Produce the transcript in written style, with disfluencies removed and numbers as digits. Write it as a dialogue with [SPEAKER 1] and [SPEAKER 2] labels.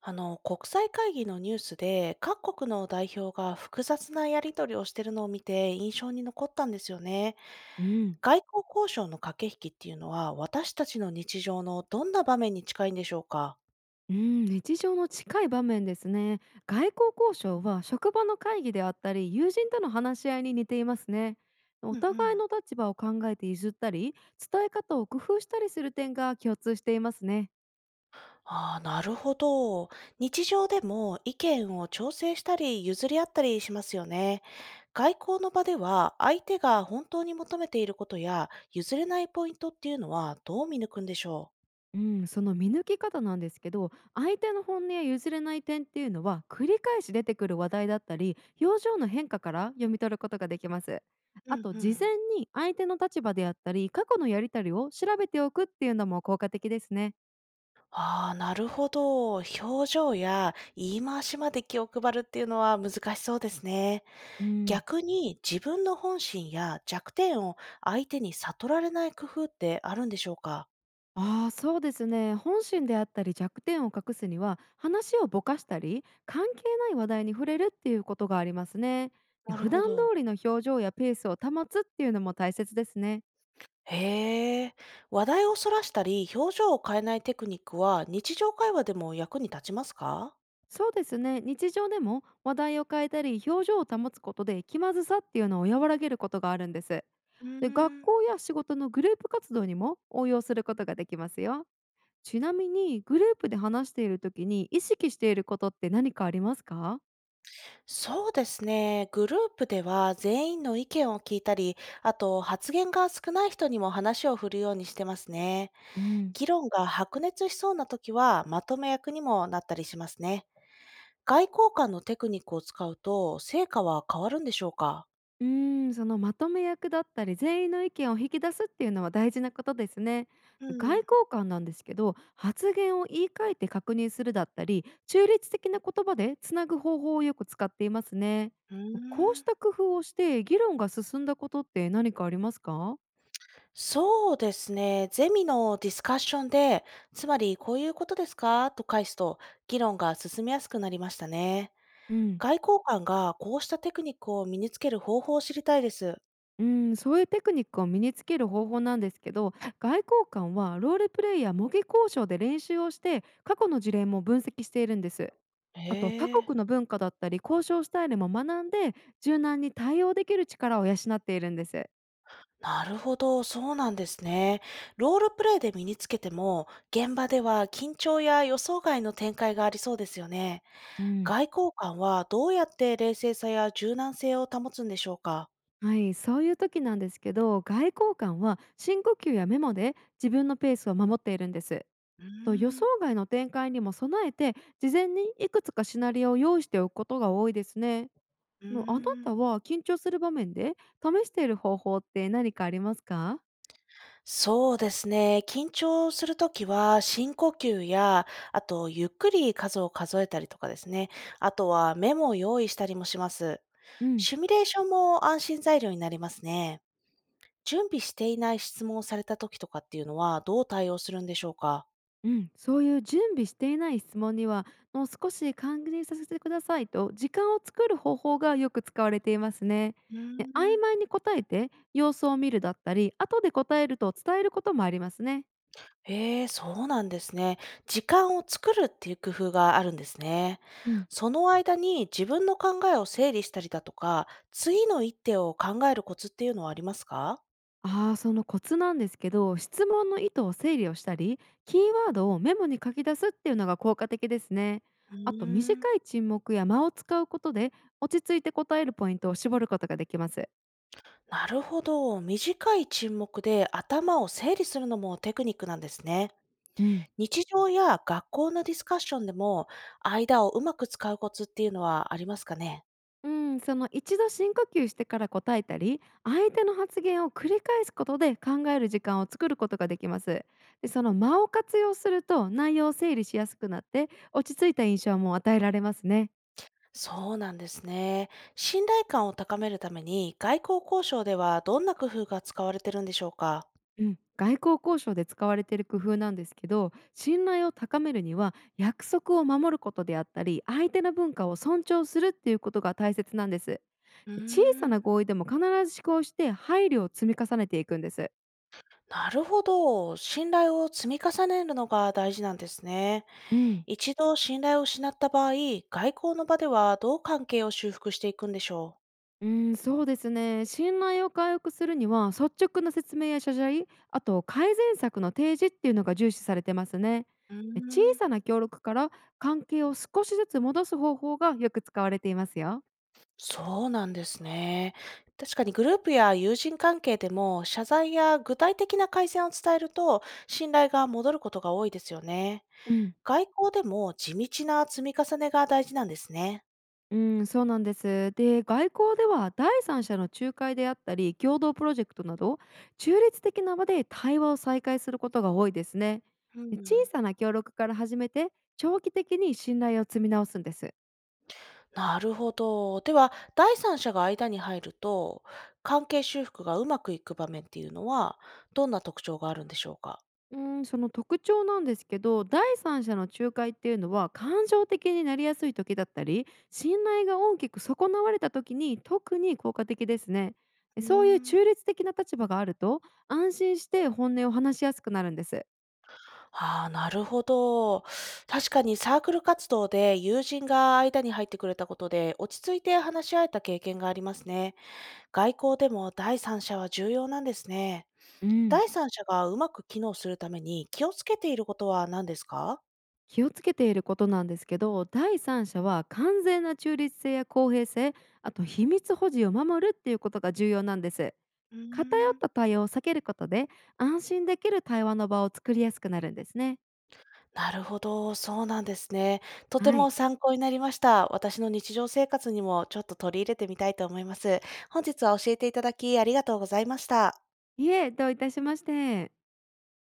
[SPEAKER 1] 国際会議のニュースで各国の代表が複雑なやり取りをしているのを見て印象に残ったんですよね。
[SPEAKER 2] うん、
[SPEAKER 1] 外交交渉の駆け引きっていうのは私たちの日常のどんな場面に近いんでしょうか？
[SPEAKER 2] うん、日常の近い場面ですね。外交交渉は職場の会議であったり、友人との話し合いに似ていますね。
[SPEAKER 1] う
[SPEAKER 2] お
[SPEAKER 1] んうん、
[SPEAKER 2] 互いの立場を考えて譲ったり、伝え方を工夫したりする点が共通していますね。
[SPEAKER 1] ああなるほど。日常でも意見を調整したり譲り合ったりしますよね。外交の場では相手が本当に求めていることや譲れないポイントっていうのはどう見抜くんでしょ
[SPEAKER 2] うん、その見抜き方なんですけど、相手の本音や譲れない点っていうのは繰り返し出てくる話題だったり、表情の変化から読み取ることができます。
[SPEAKER 1] う？う
[SPEAKER 2] あ
[SPEAKER 1] ん
[SPEAKER 2] と
[SPEAKER 1] う
[SPEAKER 2] 事前
[SPEAKER 1] ん、
[SPEAKER 2] に相手の立場であったり過去のやり取りを調べておくっていうのも効果的ですね。
[SPEAKER 1] ああ、なるほど。表情や言い回しまで気を配るっていうのは難しそうですね。
[SPEAKER 2] うん、
[SPEAKER 1] 逆に自分の本心や弱点を相手に悟られない工夫ってあるんでしょうか？
[SPEAKER 2] そうですね、本心であったり弱点を隠すには話をぼかしたり関係ない話題に触れるっていうことがありますね。で、
[SPEAKER 1] なる
[SPEAKER 2] 普段
[SPEAKER 1] ほ
[SPEAKER 2] 通
[SPEAKER 1] ど。
[SPEAKER 2] りの表情やペースを保つっていうのも大切ですね。
[SPEAKER 1] へえ。話題をそらしたり、表情を変えないテクニックは日常会話でも役に立ちますか？
[SPEAKER 2] そうですね、日常でも話題を変えたり表情を保つことで気まずさっていうのを和らげることがあるんです。
[SPEAKER 1] うー
[SPEAKER 2] で、学
[SPEAKER 1] ん
[SPEAKER 2] 校や仕事のグループ活動にも応用することができますよ。ちなみにグループで話している時に意識していることって何かありますか？
[SPEAKER 1] そうですね。グループでは全員の意見を聞いたり、あと発言が少ない人にも話を振るようにしてますね。
[SPEAKER 2] うん
[SPEAKER 1] 議論が白熱しそうな時はまとめ役にもなったりしますね。外交官のテクニックを使うと成果は変わるんでしょうか？
[SPEAKER 2] うーん、そのまとめ役だったり全員の意見を引き出すっていうのは大事なことですね。
[SPEAKER 1] う
[SPEAKER 2] 外
[SPEAKER 1] ん。
[SPEAKER 2] 交官なんですけど、発言を言い換えて確認するだったり中立的な言葉でつなぐ方法をよく使っていますね。
[SPEAKER 1] う
[SPEAKER 2] こう
[SPEAKER 1] ーん。
[SPEAKER 2] した工夫をして議論が進んだことって何かありますか？
[SPEAKER 1] そうですね。ゼミのディスカッションで、つまりこういうことですかと返すと議論が進みやすくなりましたね。
[SPEAKER 2] うん、
[SPEAKER 1] 外交官がこうしたテクニックを身につける方法を知りたいです。
[SPEAKER 2] うん、そういうテクニックを身につける方法なんですけど、外交官はロールプレイや模擬交渉で練習をして過去の事例も分析しているんです。あと他
[SPEAKER 1] へえ。
[SPEAKER 2] 国の文化だったり交渉スタイルも学んで、柔軟に対応できる力を養っているんです。
[SPEAKER 1] なるほど、そうなんですね。ロールプレイで身につけても、現場では緊張や予想外の展開がありそうですよね。
[SPEAKER 2] うん。
[SPEAKER 1] 外交官はどうやって冷静さや柔軟性を保つんでしょうか？
[SPEAKER 2] はい、そういう時なんですけど、外交官は深呼吸やメモで自分のペースを守っているんです。
[SPEAKER 1] うー
[SPEAKER 2] と予想
[SPEAKER 1] ん、
[SPEAKER 2] 外の展開にも備えて、事前にいくつかシナリオを用意しておくことが多いですね。
[SPEAKER 1] うー
[SPEAKER 2] のあな
[SPEAKER 1] ん。
[SPEAKER 2] たは緊張する場面で試している方法って何かありますか？
[SPEAKER 1] そうですね。緊張するときは深呼吸や、あとゆっくり数を数えたりとかですね。あとはメモを用意したりもします。
[SPEAKER 2] うん
[SPEAKER 1] シミュレーションも安心材料になりますね。準備していない質問をされた時とかっていうのは、どう対応するんでしょうか？
[SPEAKER 2] うん、そういう準備していない質問には、もう少し確認させてくださいと時間を作る方法がよく使われていますね。
[SPEAKER 1] うー
[SPEAKER 2] で、曖
[SPEAKER 1] ん。
[SPEAKER 2] 昧に答えて様子を見るだったり後で答えると伝えることもありますね。
[SPEAKER 1] ええ、そうなんですね。時間を作るっていう工夫があるんですね。
[SPEAKER 2] うん、
[SPEAKER 1] その間に自分の考えを整理したりだとか、次の一手を考えるコツっていうのはありますか？
[SPEAKER 2] そのコツなんですけど、質問の意図を整理をしたりキーワードをメモに書き出すっていうのが効果的ですね。
[SPEAKER 1] う
[SPEAKER 2] あと
[SPEAKER 1] ー
[SPEAKER 2] 短
[SPEAKER 1] ん。
[SPEAKER 2] い沈黙や間を使うことで落ち着いて答えるポイントを絞ることができます。
[SPEAKER 1] なるほど。短い沈黙で頭を整理するのもテクニックなんですね。
[SPEAKER 2] うん
[SPEAKER 1] 日常や学校のディスカッションでも、間をうまく使うコツっていうのはありますかね？
[SPEAKER 2] うん、その一度深呼吸してから答えたり相手の発言を繰り返すことで考える時間を作ることができます。でその間を活用すると内容を整理しやすくなって落ち着いた印象も与えられますね。
[SPEAKER 1] そうなんですね。信頼感を高めるために外交交渉ではどんな工夫が使われてるんでしょうか？
[SPEAKER 2] うん、外交交渉で使われている工夫なんですけど、信頼を高めるには約束を守ることであったり相手の文化を尊重するっていうことが大切なんです。
[SPEAKER 1] うー
[SPEAKER 2] 小さな
[SPEAKER 1] ん。
[SPEAKER 2] 合意でも必ず思考して配慮を積み重ねていくんです。
[SPEAKER 1] なるほど。信頼を積み重ねるのが大事なんですね。
[SPEAKER 2] うん
[SPEAKER 1] 一度信頼を失った場合、外交の場ではどう関係を修復していくんでしょ
[SPEAKER 2] うん、そうですね。信頼を回復するには、率直な説明や謝罪、あと改善策の提示っていうのが重視されてますね。
[SPEAKER 1] う？うー
[SPEAKER 2] え、小さ
[SPEAKER 1] ん。
[SPEAKER 2] な協力から関係を少しずつ戻す方法がよく使われていますよ。
[SPEAKER 1] そうなんですね。確かにグループや友人関係でも謝罪や具体的な改善を伝えると信頼が戻ることが多いですよね。
[SPEAKER 2] うん、
[SPEAKER 1] 外交でも地道な積み重ねが大事なんですね。
[SPEAKER 2] うん、そうなんです。で、外交では第三者の仲介であったり、共同プロジェクトなど、中立的な場で対話を再開することが多いですね。
[SPEAKER 1] う
[SPEAKER 2] で、小
[SPEAKER 1] ん。
[SPEAKER 2] さな協力から始めて、長期的に信頼を積み直すんです。
[SPEAKER 1] なるほど。では、第三者が間に入ると、関係修復がうまくいく場面っていうのは、どんな特徴があるんでしょうか？
[SPEAKER 2] うーん、その特徴なんですけど、第三者の仲介っていうのは感情的になりやすい時だったり、信頼が大きく損なわれた時に特に効果的ですね。
[SPEAKER 1] う
[SPEAKER 2] で、そういう
[SPEAKER 1] ーん。
[SPEAKER 2] 中立的な立場があると、安心して本音を話しやすくなるんです。
[SPEAKER 1] ああ、なるほど。確かにサークル活動で友人が間に入ってくれたことで、落ち着いて話し合えた経験がありますね。外交でも第三者は重要なんですね。
[SPEAKER 2] うん。
[SPEAKER 1] 第三者がうまく機能するために気をつけていることは何ですか？
[SPEAKER 2] 気をつけていることなんですけど、第三者は完全な中立性や公平性、あと秘密保持を守るっていうことが重要なんです。
[SPEAKER 1] うー
[SPEAKER 2] 偏っ
[SPEAKER 1] ん、
[SPEAKER 2] た対応を避けることで、安心できる対話の場を作りやすくなるんですね。
[SPEAKER 1] なるほど、そうなんですね。とて
[SPEAKER 2] は
[SPEAKER 1] も
[SPEAKER 2] い。
[SPEAKER 1] 参考になりました。私の日常生活にもちょっと取り入れてみたいと思います。本日は教えていただきありがとうございました。
[SPEAKER 2] いえ、どういたしまして。